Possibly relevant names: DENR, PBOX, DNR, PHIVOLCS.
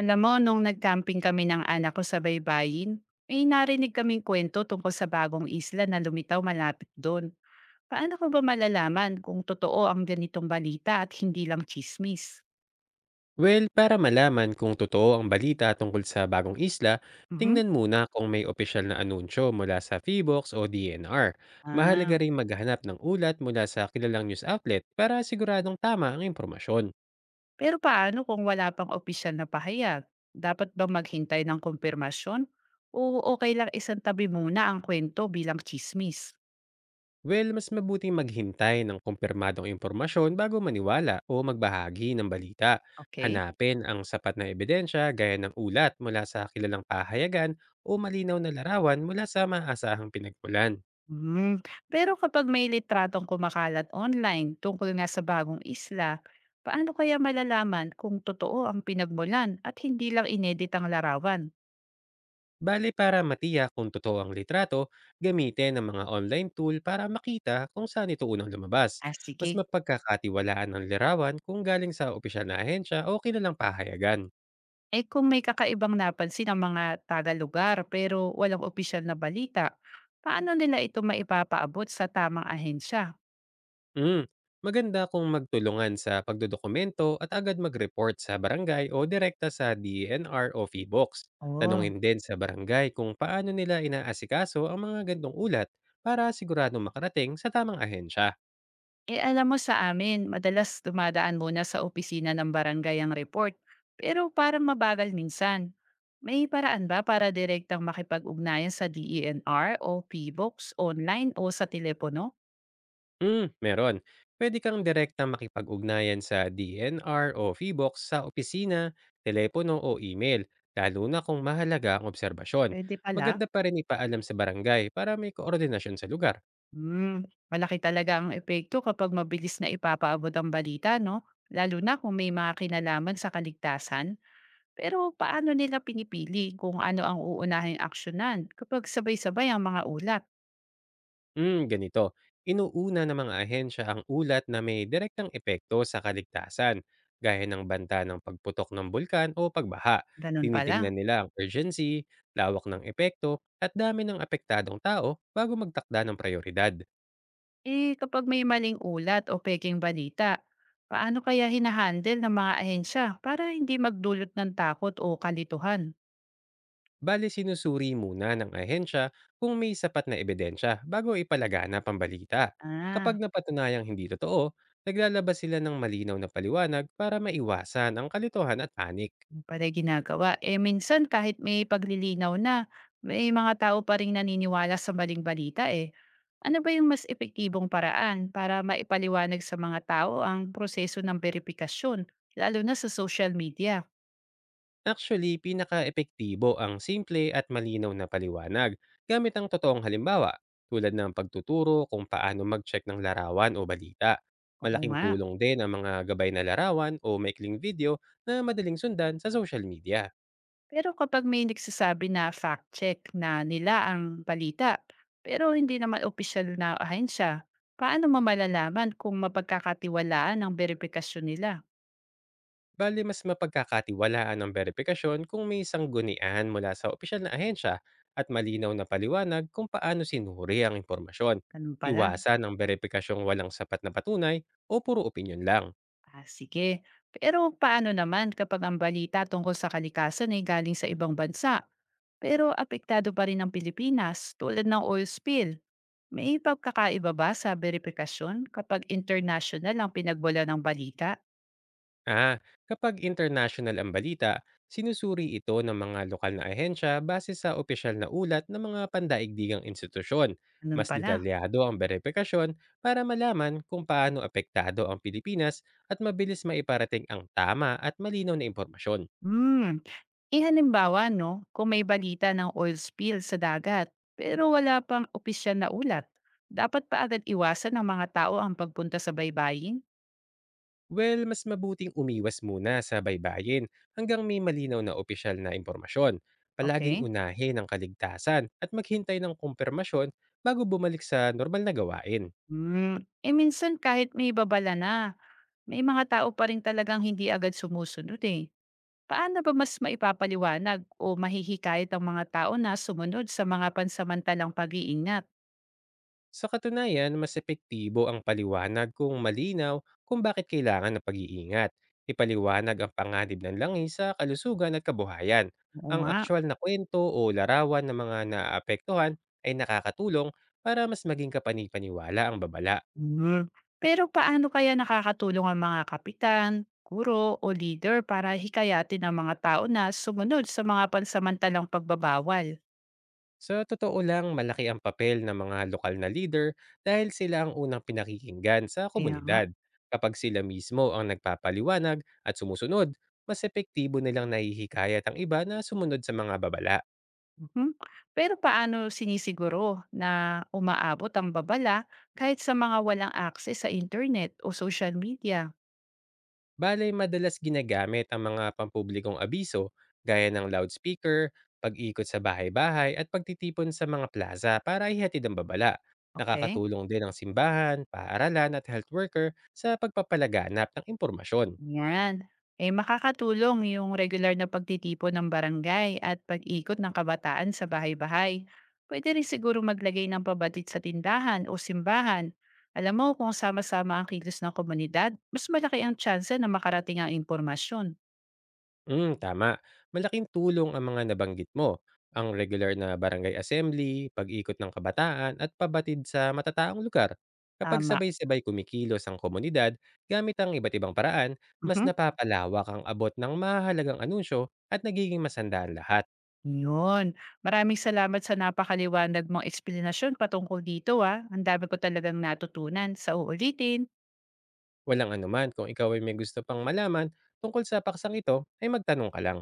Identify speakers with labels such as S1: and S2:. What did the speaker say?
S1: Alam mo, nung nag-camping kami ng anak ko sa baybayin, may narinig kaming kwento tungkol sa bagong isla na lumitaw malapit doon. Paano ko ba malalaman kung totoo ang ganitong balita at hindi lang chismis?
S2: Well, para malaman kung totoo ang balita tungkol sa bagong isla,
S1: Mhm.
S2: tingnan muna kung may opisyal na anunsyo mula sa PBOX o DNR.
S1: Ah,
S2: Mahalaga rin maghanap ng ulat mula sa kilalang news outlet para siguradong tama ang impormasyon.
S1: pero paano kung wala pang opisyal na pahayag? Dapat ba maghintay ng kumpirmasyon? O okay lang isang tabi muna ang kwento bilang chismis?
S2: Well, mas mabuting maghintay ng kumpirmadong impormasyon bago maniwala o magbahagi ng balita.
S1: Okay?
S2: Hanapin ang sapat na ebidensya gaya ng ulat mula sa kilalang pahayagan o malinaw na larawan mula sa maasahang pinagmulan.
S1: Hmm, pero kapag may litratong kumakalat online tungkol nga sa bagong isla, paano kaya malalaman kung totoo ang pinagmulan at hindi lang inedit ang larawan?
S2: Bale para matiyak kung totoo ang litrato, gamitin ang mga online tool para makita kung saan ito unang lumabas.
S1: Ah,
S2: Mas
S1: sige.
S2: mapagkakatiwalaan ang larawan kung galing sa opisyal na ahensya o kilalang pahayagan.
S1: Eh kung may kakaibang napansin ang mga taga-lugar pero walang opisyal na balita, paano nila ito maipapaabot sa tamang ahensya?
S2: Mm. Maganda kung magtulungan sa pagdodokumento at agad mag-report sa barangay o direkta sa DENR o PHIVOLCS.
S1: Oo.
S2: Tanungin din sa barangay kung paano nila inaasikaso ang mga gandong ulat para siguradong makarating sa tamang ahensya.
S1: Eh, alam mo sa amin, madalas dumadaan muna sa opisina ng barangay ang report, pero parang mabagal minsan. May paraan ba para direktang makipag-ugnayan sa DENR o P-box online o sa telepono?
S2: Hmm, meron. Pwede kang direktang makipag-ugnayan sa DNR o PHIVOLCS sa opisina, telepono o email, lalo na kung mahalaga ang obserbasyon.
S1: Pwede pala.
S2: Maganda pa rin ipaalam sa barangay para may koordinasyon sa lugar.
S1: Hmm, malaki talaga ang epekto kapag mabilis na ipapaabot ang balita, no? Lalo na kung may mga kinalaman sa kaligtasan. Pero paano nila pinipili kung ano ang uunahing aksyonan kapag sabay-sabay ang mga ulat?
S2: Hmm, ganito. Inuuna ng mga ahensya ang ulat na may direktang epekto sa kaligtasan, gaya ng banta ng pagputok ng bulkan o pagbaha.
S1: Ganun pala.
S2: Tinitignan nila ang urgency, lawak ng epekto, at dami ng apektadong tao bago magtakda ng prioridad.
S1: Eh, kapag may maling ulat o pekeng balita, paano kaya hinahandle ng mga ahensya para hindi magdulot ng takot o kalituhan?
S2: Bale sinusuri muna ng ahensya kung may sapat na ebidensya bago ipalagana ang balita. Kapag
S1: Ah,
S2: napatunayang hindi totoo, naglalabas sila ng malinaw na paliwanag para maiwasan ang kalituhan at panik.
S1: yun pala yung ginagawa. Eh, minsan kahit may paglilinaw na, may mga tao pa rin naniniwala sa maling balita eh. Ano ba yung mas epektibong paraan para maipaliwanag sa mga tao ang proseso ng verifikasyon, lalo na sa social media?
S2: Actually, pinaka-epektibo ang simple at malinaw na paliwanag gamit ang totoong halimbawa tulad ng pagtuturo kung paano mag-check ng larawan o balita.
S1: Oo
S2: Malaking
S1: nga.
S2: tulong din ang mga gabay na larawan o maikling video na madaling sundan sa social media.
S1: Pero kapag may nagsasabi na fact check na nila ang balita, pero hindi naman opisyal na ahensya, paano mo kung mapagkakatiwalaan ang verifikasyon nila?
S2: Bale mas mapagkakatiwalaan ang berbikasyon kung may sanggunian mula sa opisyal na ahensya at malinaw na paliwanag kung paano sinuri ang impormasyon.
S1: Ganun pala.
S2: Iwasan ang beripikasyong walang sapat na patunay o puro opinyon lang.
S1: Ah, sige. Pero paano naman kapag ang balita tungkol sa kalikasan ay galing sa ibang bansa? Pero apektado pa rin ang Pilipinas tulad ng oil spill. May pagkakaiba ba sa verifikasyon kapag international ang pinagbola ng balita?
S2: Ah, kapag international ang balita, sinusuri ito ng mga lokal na ahensya base sa opisyal na ulat ng mga pandaigdigang institusyon.
S1: Ganun
S2: Mas
S1: pala.
S2: detalyado ang verifikasyon para malaman kung paano apektado ang Pilipinas at mabilis maiparating ang tama at malinaw na impormasyon.
S1: Hmm, eh, halimbawa 'no, kung may balita ng oil spill sa dagat pero wala pang opisyal na ulat, dapat pa agad iwasan ng mga tao ang pagpunta sa baybayin?
S2: Well, mas mabuting umiwas muna sa baybayin hanggang may malinaw na opisyal na impormasyon. Palaging
S1: Okay?
S2: unahin ang kaligtasan at maghintay ng kumpirmasyon bago bumalik sa normal na gawain.
S1: Hmm, eh, minsan kahit may babala na, may mga tao pa rin talagang hindi agad sumusunod, eh. Paano ba mas maipapaliwanag o mahihikayat ang mga tao na sumunod sa mga pansamantalang pag-iingat?
S2: Sa katunayan, mas epektibo ang paliwanag kung malinaw kung bakit kailangan ng pag-iingat. Ipaliwanag ang panganib ng langis sa kalusugan at kabuhayan.
S1: Oo
S2: Ang
S1: nga.
S2: aktwal na kwento o larawan ng mga naapektuhan ay nakakatulong para mas maging kapanipaniwala ang babala.
S1: Hmm. Pero paano kaya nakakatulong ang mga kapitan, guro o leader para hikayatin ang mga tao na sumunod sa mga pansamantalang pagbabawal?
S2: Sa totoo lang, malaki ang papel ng mga lokal na leader dahil sila ang unang pinakikinggan sa
S1: Kaya nga.
S2: komunidad. Kapag sila mismo ang nagpapaliwanag at sumusunod, mas epektibo nilang nahihikayat ang iba na sumunod sa mga babala.
S1: Mhm. Pero paano sinisiguro na umaabot ang babala kahit sa mga walang akses sa internet o social media?
S2: Balay madalas ginagamit ang mga pampublikong abiso gaya ng loudspeaker, pag-ikot sa bahay-bahay at pagtitipon sa mga plaza para ihatid ang babala.
S1: Okay?
S2: Nakakatulong din ang simbahan, paaralan at health worker sa pagpapalaganap ng impormasyon.
S1: Yan. Eh makakatulong yung regular na pagtitipon ng barangay at pag-ikot ng kabataan sa bahay-bahay. Pwede rin siguro maglagay ng pabatid sa tindahan o simbahan. Alam mo, kung sama-sama ang kilos ng komunidad, mas malaki ang tsansa na makarating ang impormasyon.
S2: Hmm, tama. Malaking tulong ang mga nabanggit mo, ang regular na barangay assembly, pag-ikot ng kabataan at pabatid sa matataong lugar. Kapag
S1: Tama.
S2: sabay-sabay kumikilos ang komunidad gamit ang iba't ibang paraan, mas
S1: Mhm.
S2: napapalawak ang abot ng mahalagang anunsyo at nagiging masandaan lahat.
S1: Yun. Maraming salamat sa napakaliwanag mong eksplanasyon patungkol dito ah. Ang dami ko talagang natutunan. Sa uulitin.
S2: Walang anuman kung ikaw ay may gusto pang malaman tungkol sa paksang ito, ay magtanong ka lang.